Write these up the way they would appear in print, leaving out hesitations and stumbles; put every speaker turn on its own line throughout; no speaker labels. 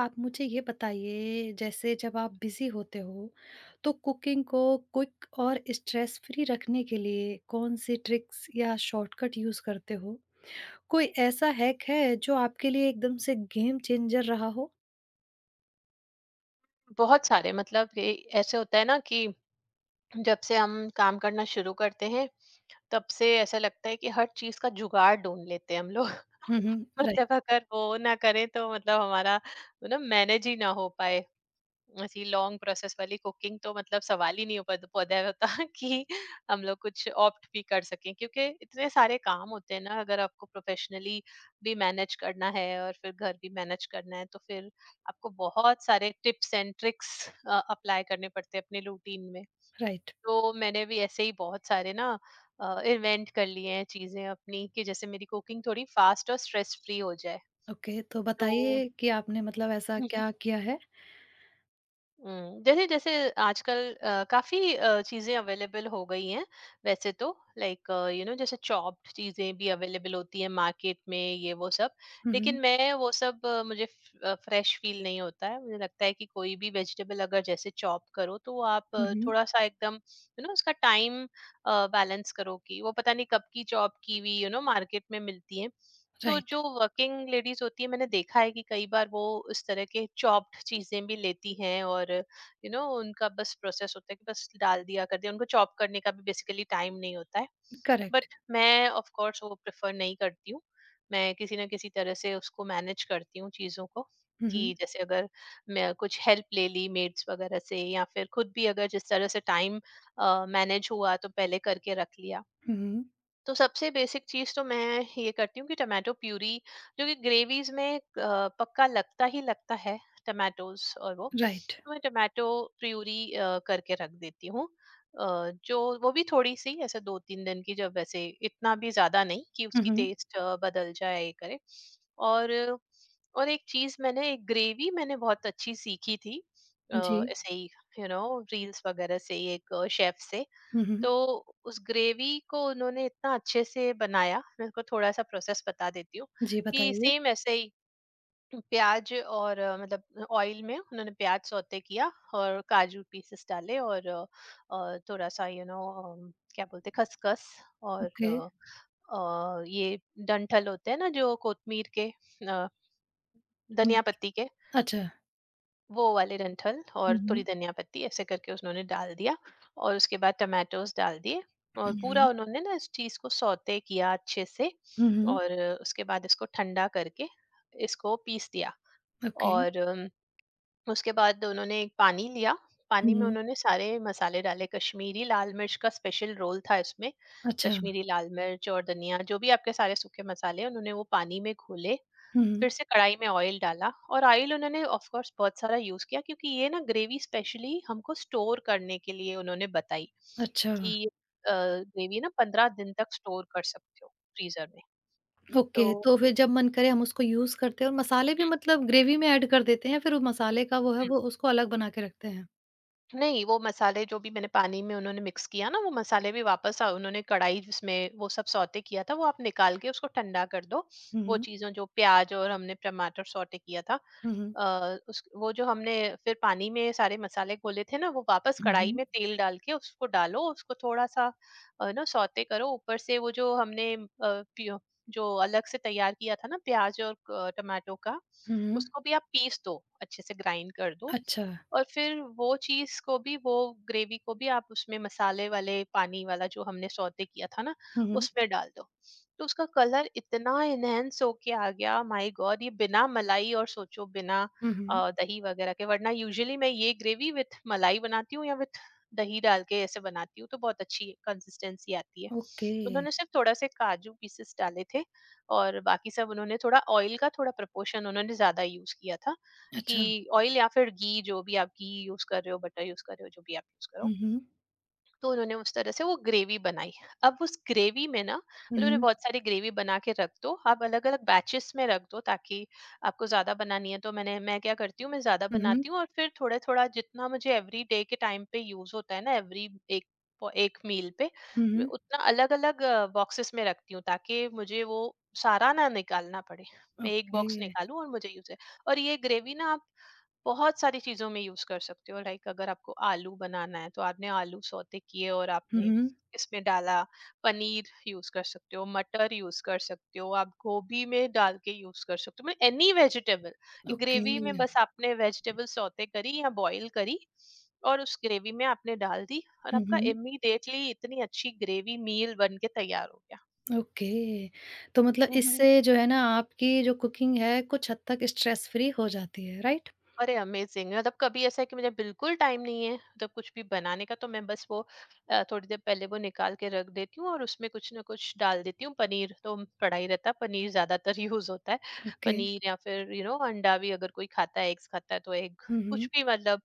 आप मुझे ये बताइए जैसे जब आप बिज़ी होते हो, तो कुकिंग को क्विक और स्ट्रेस फ्री रखने के लिए कौन-सी ट्रिक्स या शॉर्टकट यूज़ करते हो? कोई ऐसा हैक है जो आपके लिए एकदम से गेम चेंजर रहा हो?
बहुत सारे मतलब ये ऐसे होता है ना कि जब से हम काम करना शुरू करते हैं तब से ऐसा लगता है कि हर चीज का जुगाड़ ढूंढ लेते हैं हम लोग।
हुँ, हुँ। राइट,
मतलब अगर वो ना करें तो मतलब हमारा ना मैनेज ही ना हो पाए। ऐसी लॉन्ग प्रोसेस वाली कुकिंग तो मतलब सवाल ही नहीं पैदा होता कि हम लोग कुछ ऑप्ट भी कर सकें, क्योंकि इतने सारे काम होते हैं ना। अगर आपको प्रोफेशनली भी मैनेज करना है और फिर घर भी मैनेज करना है तो फिर आपको बहुत सारे टिप्स एंड ट्रिक्स अप्लाई करने पड़ते हैं अपने रूटीन में।
राइट।
तो मैंने भी ऐसे ही बहुत सारे ना इन्वेंट कर लिए हैं चीजें अपनी कि जैसे मेरी कुकिंग थोड़ी फास्ट और स्ट्रेस फ्री हो जाए।
ओके, तो
तो
बताइए कि आपने मतलब ऐसा क्या किया है?
जैसे जैसे आजकल काफ़ी चीज़ें अवेलेबल हो गई हैं। वैसे तो लाइक यू नो जैसे चॉप्ड चीज़ें भी अवेलेबल होती हैं मार्केट में, ये वो सब।
हुँ,
लेकिन
हुँ।
मैं वो सब, मुझे फ्रेश फ़ील नहीं होता है। मुझे लगता है कि कोई भी वेजिटेबल अगर जैसे चॉप करो, तो वो आप
हुँ, हुँ।
थोड़ा-सा एकदम यू नो उसका टाइम बैलेंस करो कि वो पता नहीं कब की चॉप की हुई यू नो मार्केट में मिलती हैं। तो
राइट,
जो वर्किंग लेडीज होती है मैंने देखा है कि कई बार वो इस तरह के चॉप्ड चीजें भी लेती हैं, और यू नो उनका बस प्रोसेस होता है कि बस डाल दिया, कर दिया। उनको चॉप करने का भी बेसिकली टाइम नहीं होता है।
करेक्ट।
बट मैं ऑफ कोर्स वो प्रेफर नहीं करती हूँ। मैं किसी ना किसी तरह से उसको मैनेज करती हूँ चीजों को।
हुँ, हुँ।
कि जैसे अगर मैं कुछ हेल्प ले ली मेड्स वगैरह से, या फिर खुद भी अगर जिस तरह से टाइम मैनेज हुआ तो पहले करके रख लिया।
हुँ, हुँ।
तो सबसे बेसिक चीज तो मैं ये करती हूँ कि टमाटो प्यूरी जो कि ग्रेवीज में पक्का लगता ही लगता है, टमाटोज और वो।
राइट।
तो मैं टमाटो प्यूरी करके रख देती हूँ। अ, जो वो भी थोड़ी सी ऐसे दो तीन दिन की, जब वैसे इतना भी ज्यादा नहीं कि
हुँ,
उसकी
हुँ।
टेस्ट बदल जाए ये करे। और और एक चीज, मैंने एक ग्रेवी मैंने बहुत अच्छी सीखी थी
जी।
ऐसे ही यू नो रील्स वगैरह से ही एक शेफ से।
हुँ, हुँ।
तो उस ग्रेवी को उन्होंने इतना अच्छे से बनाया, मैं आपको थोड़ा-सा प्रोसेस बता देती हूँ।
जी,
कि
बताइए।
सेम ऐसे ही प्याज़ और मतलब ऑयल में उन्होंने प्याज़ सौते किया और काजू पीसेस डाले, और थोड़ा-सा यू नो क्या बोलते हैं खसखस, और
ओके।
ये डंठल होते हैं ना, जो कोतमीर के अ,
हुँ।
धनिया पत्ती के,
अच्छा।
वो वाले डंठल
हुँ,
और थोड़ी
हुँ।
धनिया पत्ती, ऐसे करके उन्होंने डाल दिया। और उसके बाद टमाटोज डाल दिए, और
हुँ,
पूरा
हुँ।
उन्होंने ना इस चीज को सौते किया अच्छे से।
हुँ, हुँ।
और उसके बाद इसको ठंडा करके इसको पीस दिया।
ओके।
और उसके बाद उन्होंने एक पानी लिया, पानी में
हुँ,
उन्होंने सारे मसाले डाले। कश्मीरी लाल मिर्च का स्पेशल रोल था इसमें।
अच्छा।
कश्मीरी लाल मिर्च और धनिया, जो भी आपके सारे सूखे मसाले हैं, उन्होंने वो पानी में घोले।
हुँ,
फिर
हुँ।
से कढ़ाई में ऑयल डाला, और ऑयल उन्होंने ऑफ कोर्स बहुत सारा यूज किया, क्योंकि ये ना ग्रेवी स्पेशली हमको स्टोर करने के लिए उन्होंने बताई
अच्छा,
कि ये ग्रेवी ना 15 दिन तक स्टोर कर सकते हो, फ्रीजर में।
ओके।
तो
तो फिर जब मन करे हम उसको यूज़ करते हैं और मसाले भी
हम्म,
मतलब ग्रेवी में ऐड कर देते हैं, फिर वो मसाले का वो है
हम्म।
वो उसको अलग बना के रखते हैं।
नहीं वो मसाले जो भी मैंने पानी में उन्होंने मिक्स किया ना, वो मसाले भी वापस उन्होंने कढ़ाई जिसमें वो सब सौते किया था वो आप निकाल के उसको ठंडा कर दो।
हुँ,
वो
हुँ।
चीजों जो प्याज और हमने टमाटर सौते किया था,
हुँ, हुँ।
उस वो जो हमने फिर पानी में सारे मसाले घोले थे ना, वो वापस
हुँ,
कढ़ाई
हुँ।
में तेल डाल के उसको डालो, उसको थोड़ा सा ना सौते करो। ऊपर से वो जो हमने जो अलग से तैयार किया था ना, प्याज और टमाटो का,
हुँ, हुँ।
उसको भी आप पीस दो, अच्छे से ग्राइंड कर दो।
अच्छा।
और फिर वो चीज़ को भी वो ग्रेवी को भी आप उसमें मसाले वाले पानी वाला जो हमने सौते किया था ना,
हुँ, हुँ।
उसमें डाल दो। तो उसका कलर इतना एनहेंस होके आ गया, माय गॉड! ये बिना मलाई और सोचो बिना
हुँ, हुँ।
दही वगैरह के, वरना यूजुअली मैं ये ग्रेवी विथ मलाई बनाती हूँ या विथ दही डाल के ऐसे बनाती हूँ तो बहुत अच्छी कंसिस्टेंसी आती है।
ओके।
उन्होंने सिर्फ थोड़ा से काजू पीसेस डाले थे, और बाकी सब उन्होंने थोड़ा ऑयल का थोड़ा प्रपोर्शन उन्होंने ज्यादा यूज किया था।
अच्छा।
कि ऑयल या फिर घी, जो भी आप घी यूज कर रहे हो, बटर यूज कर रहे हो, जो भी आप यूज करो।
हुँ, हुँ।
तो उन्होंने उस तरह से वो ग्रेवी बनाई। अब उस ग्रेवी में ना
हुँ,
उन्होंने
हुँ।
बहुत सारी ग्रेवी बना के रख दो, आप अलग अलग बैचेस में रख दो, ताकि आपको ज्यादा बनानी है तो मैं क्या करती हूँ, मैं ज्यादा
हुँ, हुँ।
बनाती हूँ और फिर थोड़ा थोड़ा जितना मुझे एवरी डे के टाइम पे यूज होता है ना, एवरी एक एक मील पे
हुँ,
मैं
हुँ।
उतना अलग अलग बॉक्सेस में रखती हूँ, ताकि मुझे वो सारा ना निकालना पड़े। मैं एक
ओके।
बॉक्स निकालूं और मुझे यूज है। और ये ग्रेवी ना आप बहुत सारी चीज़ों में यूज़ कर सकते हो। लाइक अगर आपको आलू बनाना है, तो आपने आलू सौते किए और
हुँ,
आपने
हुँ।
इसमें डाला। पनीर यूज़ कर सकते हो, मटर यूज़ कर सकते हो, आप गोभी में डाल के यूज़ कर सकते हो, मतलब एनी वेजिटेबल
ओके।
ग्रेवी में। बस आपने वेजिटेबल सौते करी या बॉईल करी और उस ग्रेवी में आपने डाल दी, और
हुँ,
आपका
हुँ।
इमीडिएटली इतनी अच्छी ग्रेवी मील बन के तैयार हो गया।
ओके। तो मतलब इससे जो है ना आपकी जो कुकिंग है कुछ हद तक स्ट्रेस फ्री हो जाती है, राइट?
अरे अमेजिंग! मतलब कभी ऐसा है कि मुझे बिल्कुल टाइम नहीं है, मतलब कुछ भी बनाने का, तो मैं बस वो थोड़ी देर पहले वो निकाल के रख देती हूँ और उसमें कुछ ना कुछ डाल देती हूँ। पनीर तो पड़ा ही रहता है, पनीर ज़्यादातर यूज़ होता है।
ओके।
पनीर या फिर यू नो अंडा भी अगर कोई खाता है, एग्स खाता है तो एग,
हुँ,
कुछ
हुँ।
भी मतलब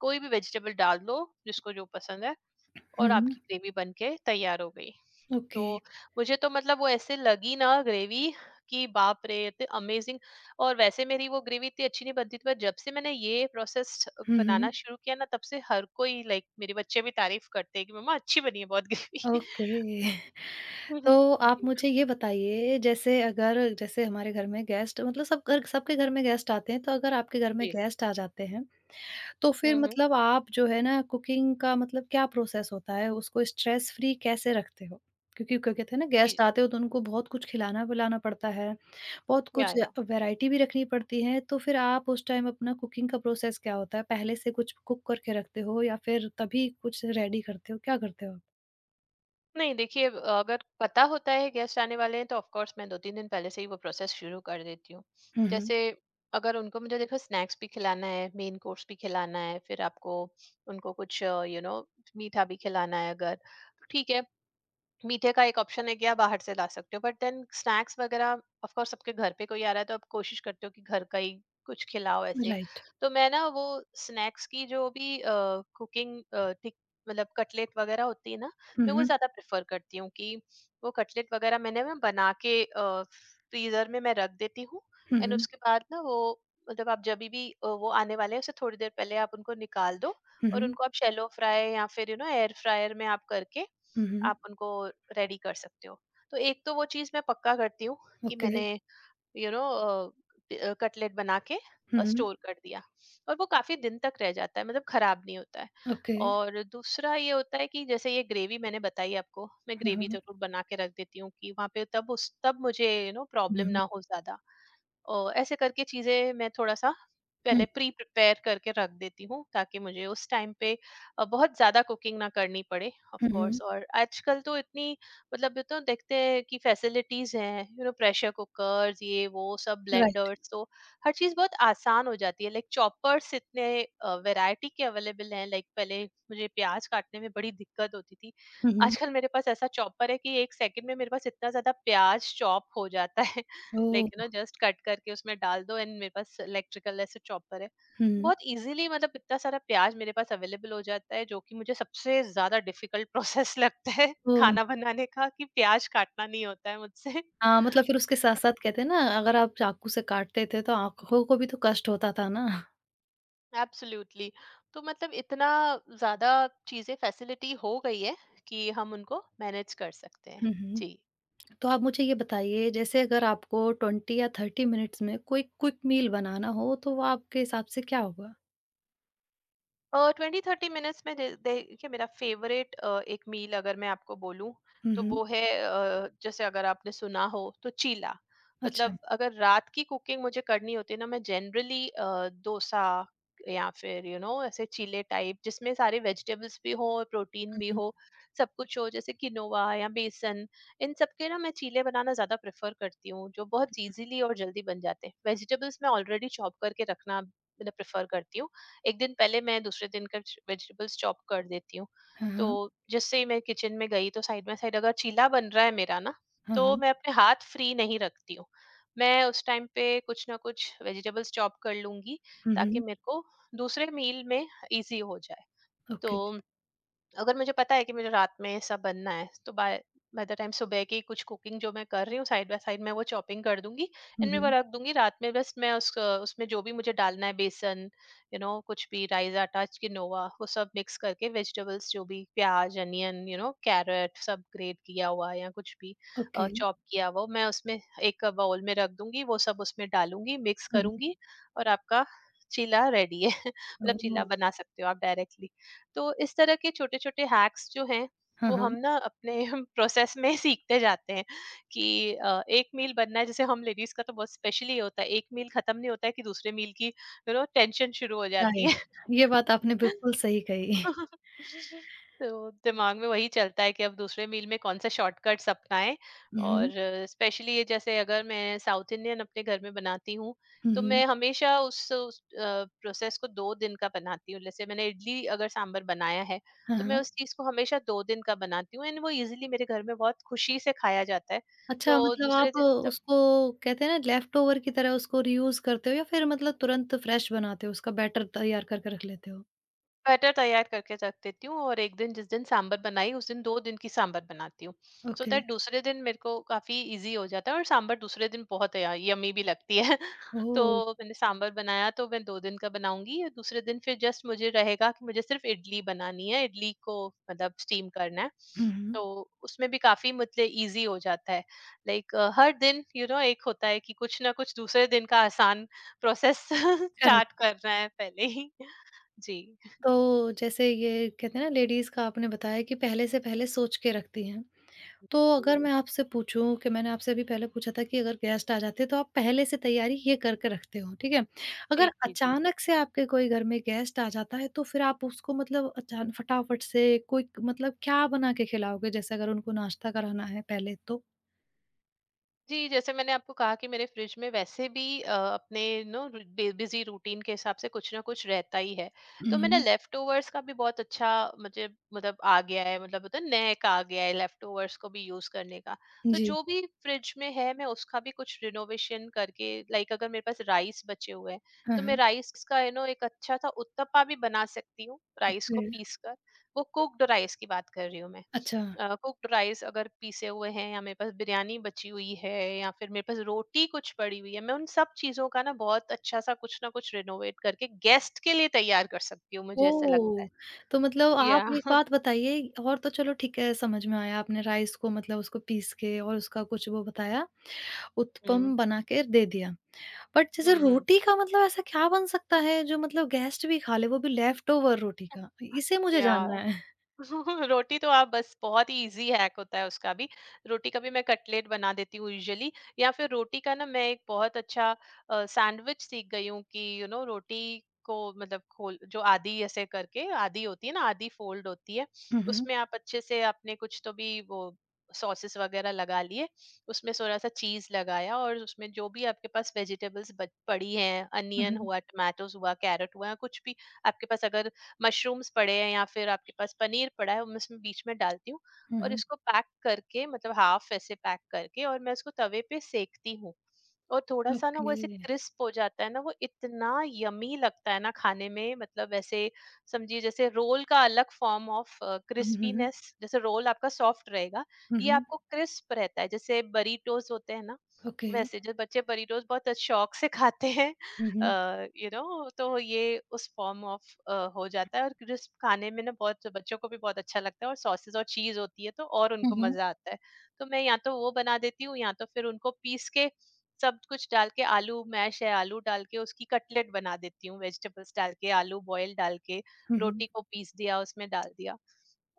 कोई भी वेजिटेबल डाल दो, जिसको जो पसंद है,
हुँ,
और आपकी
हुँ।
ग्रेवी बन के तैयार हो गई। तो
ओके।
मुझे तो मतलब वो ऐसे लगी ना ग्रेवी, कि बाप रे! इतने अमेज़िंग। और वैसे मेरी वो ग्रेवी इतनी अच्छी नहीं बनती थी, पर जब से मैंने ये प्रोसेस्ड
हुँ, हुँ।
बनाना शुरू किया ना, तब से हर कोई लाइक मेरे बच्चे भी तारीफ़ करते हैं कि मम्मा अच्छी बनी है बहुत ग्रेवी।
ओके।
हुँ,
तो
हुँ।
आप
जी,
मुझे ये बताइए जैसे अगर जैसे हमारे घर में गेस्ट मतलब सब घर सबके घर में गेस्ट आते हैं, तो अगर आपके घर में
जी।
गेस्ट आ जाते हैं तो
हुँ,
फिर
हुँ।
मतलब आप जो है ना कुकिंग का मतलब क्या प्रोसेस होता है? उसको स्ट्रेस फ्री कैसे रखते हो? क्योंकि क्या कहते हैं ना
जी।
गेस्ट आते हो तो उनको बहुत कुछ खिलाना-पिलाना पड़ता है, बहुत
या,
कुछ
या।
वैरायटी भी रखनी पड़ती है, तो फिर आप उस टाइम अपना कुकिंग का प्रोसेस क्या होता है? पहले से कुछ कुक करके रखते हो या फिर तभी कुछ रेडी करते हो? क्या करते हो आप?
नहीं देखिए, अब अगर पता होता है गेस्ट आने वाले हैं तो ऑफ कोर्स मैं 2-3 दिन पहले से ही वो प्रोसेस शुरू कर देती हूँ।
हुँ, हुँ।
जैसे अगर उनको मुझे देखो स्नैक्स भी खिलाना है, मेन कोर्स भी खिलाना है, फिर आपको उनको कुछ यू नो मीठा भी खिलाना है अगर, तो ठीक है। मीठे का एक ऑप्शन है कि आप बाहर से ला सकते हो, बट देन स्नैक्स वगैरह ऑफ कोर्स सबके घर पे कोई आ रहा है तो आप कोशिश करते हो कि घर का ही कुछ खिलाओ ऐसे।
राइट।
तो मैं ना वो स्नैक्स की जो भी कुकिंग मतलब कटलेट वगैरह होती है ना,
हुँ,
मैं वो
हुँ।
ज्यादा प्रेफर करती हूँ कि वो कटलेट वगैरह मैंने मैं बना के फ्रीजर में मैं रख देती हूँ।
हुँ,
एंड
हुँ।
उसके बाद ना वो मतलब आप जब भी वो आने वाले हैं उससे थोड़ी देर पहले आप उनको निकाल दो,
हुँ,
और
हुँ।
उनको आप शेलो फ्राई या फिर यू नो एयर फ्रायर में आप करके
हुँ, हुँ।
आप उनको रेडी कर सकते हो। तो एक तो वो चीज़ मैं पक्का करती हूँ कि
ओके।
मैंने यू नो कटलेट बना के
हुँ,
और
हुँ।
स्टोर कर दिया, और वो काफ़ी दिन तक रह जाता है, मतलब खराब नहीं होता है।
ओके।
और दूसरा ये होता है कि जैसे ये ग्रेवी मैंने बताई आपको, मैं
हाँ, हाँ,
ग्रेवी
हाँ।
ज़रूर बना के रख देती हूँ कि वहाँ पे तब उस तब मुझे यू नो
हुँ,
प्रॉब्लम ना
हुँ।
हो ज़्यादा। ऐसे करके चीज़ें मैं थोड़ा-सा पहले
हुँ,
प्री प्रिपेयर करके रख देती हूँ, ताकि मुझे उस टाइम पे बहुत ज़्यादा कुकिंग ना करनी पड़े ऑफ
हुँ,
कोर्स।
हुँ।
और आजकल तो इतनी मतलब ये तो देखते हैं कि फैसिलिटीज़ हैं, यू नो प्रेशर कुकर्स, ये वो सब,
राइट।
ब्लेंडर्स, तो हर चीज़ बहुत आसान हो जाती है। लाइक चॉपर्स इतने वैरायटी के अवेलेबल हैं, लाइक पहले मुझे प्याज काटने में बड़ी दिक्कत होती थी।
हुँ, हुँ।
आजकल मेरे पास ऐसा चॉपर है कि 1 सेकंड में मेरे पास इतना ज़्यादा प्याज चॉप हो जाता है, like you know
oh!
Just cut करके उसमें डाल दो, एंड मेरे पास इलेक्ट्रिकल ऐसे चॉपर है।
हुँ।
बहुत इजीली मतलब इतना सारा प्याज मेरे पास अवेलेबल हो जाता है, जो कि मुझे सबसे ज्यादा डिफिकल्ट प्रोसेस लगता है
ओह!
खाना बनाने का कि प्याज काटना नहीं होता है मुझसे।
हाँ, मतलब फिर उसके साथ-साथ कहते हैं ना, अगर आप चाकू से काटते थे तो आँखों को भी तो कष्ट होता था ना।
एब्सोल्युटली। तो मतलब इतना ज्यादा चीजें फैसिलिटी हो गई है कि हम उनको मैनेज कर सकते हैं।
हुँ, हुँ।
जी।
तो आप मुझे ये बताइए जैसे अगर आपको 20 या 30 मिनट्स में कोई क्विक मील बनाना हो तो वो आपके हिसाब से क्या होगा?
20-30 मिनट्स में देखिए, मेरा फेवरेट एक मील अगर मैं आपको बोलूं
हुँ,
तो
हुँ।
वो है जैसे अगर आपने सुना हो तो चीला।
अच्छा।
मतलब
हुँ,
अगर रात की कुकिंग मुझे करनी होती है ना मैं जनरली डोसा या फिर यू you नो know, ऐसे चीले टाइप जिसमें सारे वेजिटेबल्स भी हो और प्रोटीन भी
हुँ।
हो, सब कुछ हो जैसे किनोवा या बेसन। इन सब के ना मैं चीले बनाना ज्यादा प्रेफर करती हूँ जो बहुत इजीली और जल्दी बन जाते हैं। वेजिटेबल्स मैं ऑलरेडी चॉप करके रखना मतलब प्रेफर करती हूँ। एक दिन पहले मैं दूसरे दिन का वेजिटेबल्स चॉप कर देती हूँ।
हाँ,
तो
हाँ।
जिससे ही मैं किचन में गई तो साइड बाय साइड अगर चीला बन रहा है मेरा ना,
हाँ,
तो
हाँ।
मैं अपने हाथ फ्री नहीं रखती हूँ। मैं उस टाइम पे कुछ ना कुछ वेजिटेबल्स चॉप कर लूंगी
हुँ,
ताकि
हुँ।
मेरे को दूसरे मील में इजी हो जाए। तो
ओके।
अगर मुझे पता है कि मुझे रात में सब बनना है तो बाय बाय द टाइम सुबह की कुछ कुकिंग जो मैं कर रही हूँ साइड बाय साइड में वो चॉपिंग कर दूंगी।
हुँ,
इनमें वो
हुँ।
रख दूंगी। रात में बस मैं उस उसमें जो भी मुझे डालना है बेसन, कुछ भी राइस आटा किनोवा वो सब मिक्स करके, वेजिटेबल्स जो भी प्याज अनियन, कैरेट सब ग्रेट किया हुआ या कुछ भी
ओके।
चॉप किया हुआ मैं उसमें एक बाउल में रख दूंगी। वो सब उसमें डालूंगी मिक्स
हुँ, हुँ।
करूंगी और आपका चीला रेडी है। मतलब चीला
ओह!
बना सकते हो आप डायरेक्टली। तो इस तरह के छोटे-छोटे हैक्स जो हैं
हाँ,
वो हम
हाँ।
ना अपने प्रोसेस में सीखते जाते हैं कि एक मील बनना है। जैसे हम लेडीज़ का तो बहुत स्पेशली होता है, एक मील खत्म नहीं होता है कि दूसरे मील की यू नो टेंशन शुरू हो जाती
राइट।
है।
ये बात आपने बिल्कुल सही कही।
तो दिमाग में वही चलता है कि अब दूसरे मील में कौन सा शॉर्टकट्स अपनाएं।
हुँ, हुँ।
और स्पेशली ये जैसे अगर मैं साउथ इंडियन अपने घर में बनाती हूँ
हुँ,
तो
हुँ।
मैं हमेशा उस प्रोसेस को दो दिन का बनाती हूँ। जैसे मैंने इडली अगर सांभर बनाया है
हाँ,
तो मैं
हाँ।
उस चीज को हमेशा दो दिन का बनाती हूँ एंड वो इजिली मेरे घर में बहुत खुशी से खाया जाता है।
अच्छा,
तो
मतलब
दूसरे
आप
दिन तो
उसको कहते हैं ना लेफ्टओवर की तरह उसको रीयूज़ करते हो या फिर मतलब तुरंत फ्रेश बनाते हो, उसका बैटर तैयार करके रख लेते हो?
बैटर तैयार करके रख देती हूँ और एक दिन जिस दिन सांभर बनाई उस दिन 2 दिन की सांभर बनाती हूँ। So
okay.
दैट दूसरे दिन मेरे को काफ़ी ईज़ी हो जाता है और सांभर दूसरे दिन बहुत या यम्मी भी लगती है।
ओह!
तो मैंने सांभर बनाया तो मैं 2 दिन का बनाऊँगी और दूसरे दिन फिर जस्ट मुझे रहेगा कि मुझे सिर्फ़ इडली बनानी है, इडली को मतलब स्टीम करना है।
हुँ, हुँ।
तो उसमें भी काफ़ी मतलब ईज़ी हो जाता है। लाइक हर दिन यू you नो know, एक होता है कि कुछ ना कुछ दूसरे दिन का आसान प्रोसेस स्टार्ट
करेक्ट।
करना है पहले ही। जी।
तो जैसे ये कहते हैं ना लेडीज़ का आपने बताया कि पहले से पहले सोच के रखती हैं। तो अगर मैं आपसे पूछूँ कि मैंने आपसे अभी पहले पूछा था कि अगर गेस्ट आ जाते हैं, तो आप पहले से तैयारी ये करके रखते हो, ठीक है?
जी,
अगर
जी, जी।
अचानक से आपके कोई घर में गेस्ट आ जाता है, तो फिर आप उसको मतलब अचान फटाफट से क्विक मतलब क्या बना के खिलाओगे? जैसे अगर उनको नाश्ता कराना है पहले तो?
जी, जैसे मैंने आपको कहा कि मेरे फ्रिज में वैसे भी अपने नो बि बिज़ी रूटीन के हिसाब से कुछ ना कुछ रहता ही है। तो मैंने
हुँ।
लेफ्टओवर्स का भी बहुत अच्छा मुझे मतलब आ गया है, मतलब होता है ना नेक आ गया है लेफ्टओवर्स को भी यूज़ करने का। तो
जी।
जो भी फ्रिज में है मैं उसका भी कुछ रिनोवेशन करके, लाइक अगर मेरे पास राइस बचे हुए हैं,
हाँ,
तो मैं
हाँ।
राइस का यू नो एक अच्छा-सा उत्तपा भी बना सकती हूँ, राइस को
ओके।
पीस कर। वो कुक्ड राइस की बात कर रही हूँ मैं।
अच्छा।
कुक्ड राइस अगर पीसे हुए हैं या मेरे पास बिरयानी बची हुई है या फिर मेरे पास रोटी कुछ पड़ी हुई है, मैं उन सब चीजों का ना बहुत अच्छा सा कुछ ना कुछ रिनोवेट करके गेस्ट के लिए तैयार कर सकती हूँ, मुझे ऐसा लगता है।
ओह! तो मतलब
या
आप एक बात बताइए और तो चलो ठीक है समझ में आया आपने राइस को मतलब उसको पीस के और उसका कुछ वो बताया
हम्म
उत्पम बना के दे दिया। बट जैसे
हम्म हम्म
रोटी का मतलब ऐसा क्या बन सकता है जो मतलब गेस्ट भी खा ले, वो भी लेफ्टओवर रोटी का? इसे मुझे
या
जानना है।
रोटी तो आप बस बहुत ही इजी हैक होता है उसका भी। रोटी का भी मैं कटलेट बना देती हूँ यूजुअली, या फिर रोटी का ना मैं एक बहुत अच्छा सैंडविच सीख गई हूँ कि यू नो रोटी को मतलब खोल जो आधी ऐसे करके, आधी होती है ना आधी फोल्ड होती है,
हुँ, हुँ।
उसमें आप अच्छे से आपने कुछ तो भी वो सॉसेस वगैरह लगा लिए, उसमें थोड़ा-सा चीज़ लगाया और उसमें जो भी आपके पास वेजिटेबल्स बच पड़ी हैं,
हुँ,
अनियन
हुँ।
हुआ, टोमेटोज़ हुआ, कैरट हुआ, कुछ भी आपके पास अगर मशरूम्स पड़े हैं या फिर आपके पास पनीर पड़ा है, मैं उसमें बीच में डालती हूँ
हुँ,
और
हुँ।
इसको पैक करके मतलब हाफ ऐसे पैक करके और मैं उसको तवे पे सेकती हूँ। और थोड़ा-सा ना
ओके।
वो ऐसे क्रिस्प हो जाता है ना, वो इतना यम्मी लगता है ना खाने में मतलब ऐसे समझिए जैसे रोल का अलग फॉर्म ऑफ
हुँ, हुँ,
क्रिस्पीनेस, जैसे रोल आपका सॉफ्ट रहेगा,
हुँ,
ये
हुँ।
आपको क्रिस्प रहता है। जैसे बरीटोज़ होते हैं ना,
ओके।
वैसे जो बच्चे बरीटोज़ बहुत शौक से खाते हैं
हुँ, हुँ।
You know. तो ये उस फॉर्म ऑफ हो जाता है, और क्रिस्प खाने में ना बहुत बच्चों को भी बहुत अच्छा लगता है और सॉसेज और चीज होती है तो और
हुँ,
उनको
हुँ।
मजा आता है। तो मैं या तो वो बना देती हूँ या तो फिर उनको पीस के सब कुछ डाल के आलू मैश है आलू डाल के उसकी कटलेट बना देती हूँ, वेजिटेबल्स डाल के आलू बॉयल डाल के
हुँ, हुँ।
रोटी को पीस दिया उसमें डाल दिया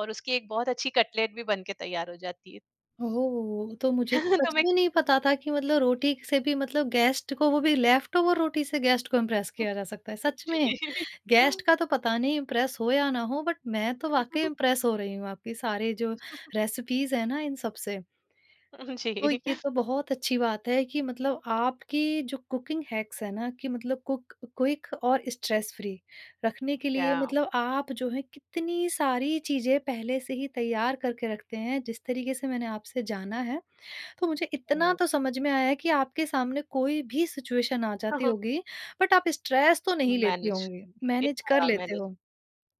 और उसकी एक बहुत अच्छी कटलेट भी बन के तैयार हो जाती है।
ओह! तो मुझे तो
तो
सच
मैं
में नहीं पता था कि मतलब रोटी से भी मतलब गेस्ट को वो भी लेफ्टओवर रोटी से गेस्ट को इम्प्रेस किया जा सकता है। सच में,
जी
गेस्ट का तो पता नहीं इम्प्रेस हो या ना हो बट मैं तो वाक़ई इम्प्रेस हो रही हूँ आपकी सारे जो रेसिपीज़ हैं ना इन सब से। तो
जी
ये तो बहुत अच्छी बात है कि मतलब आपकी जो कुकिंग हैक्स है ना कि मतलब कुक क्विक और स्ट्रेस फ्री रखने के लिए
या
मतलब आप जो है कितनी सारी चीज़ें पहले से ही तैयार करके रखते हैं जिस तरीके से मैंने आपसे जाना है तो मुझे इतना
हम्म।
तो समझ में आया है कि आपके सामने कोई भी सिचुएशन आ जाती होगी बट आप स्ट्रेस तो नहीं लेती
मैनेज,
होंगी मैनेज कर
या
लेते
मैनेज
हो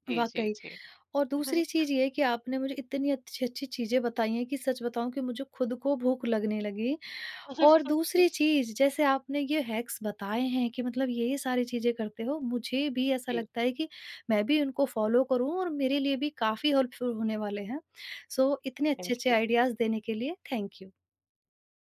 जी, जी,
वाकई
जी।
और दूसरी चीज ये है कि आपने मुझे इतनी अच्छी अच्छी चीजें बताई हैं कि सच बताऊं कि मुझे खुद को भूख लगने लगी और दूसरी चीज़ जैसे आपने ये हैक्स बताए हैं कि मतलब ये सारी चीज़ें करते हो, मुझे भी ऐसा
जी,
लगता है कि मैं भी उनको फ़ॉलो करूँ और मेरे लिए भी काफ़ी हेल्पफुल होने वाले हैं। सो इतने
थैंक
अच्छे-अच्छे
यू।
आइडियाज़ देने के लिए थैंक यू।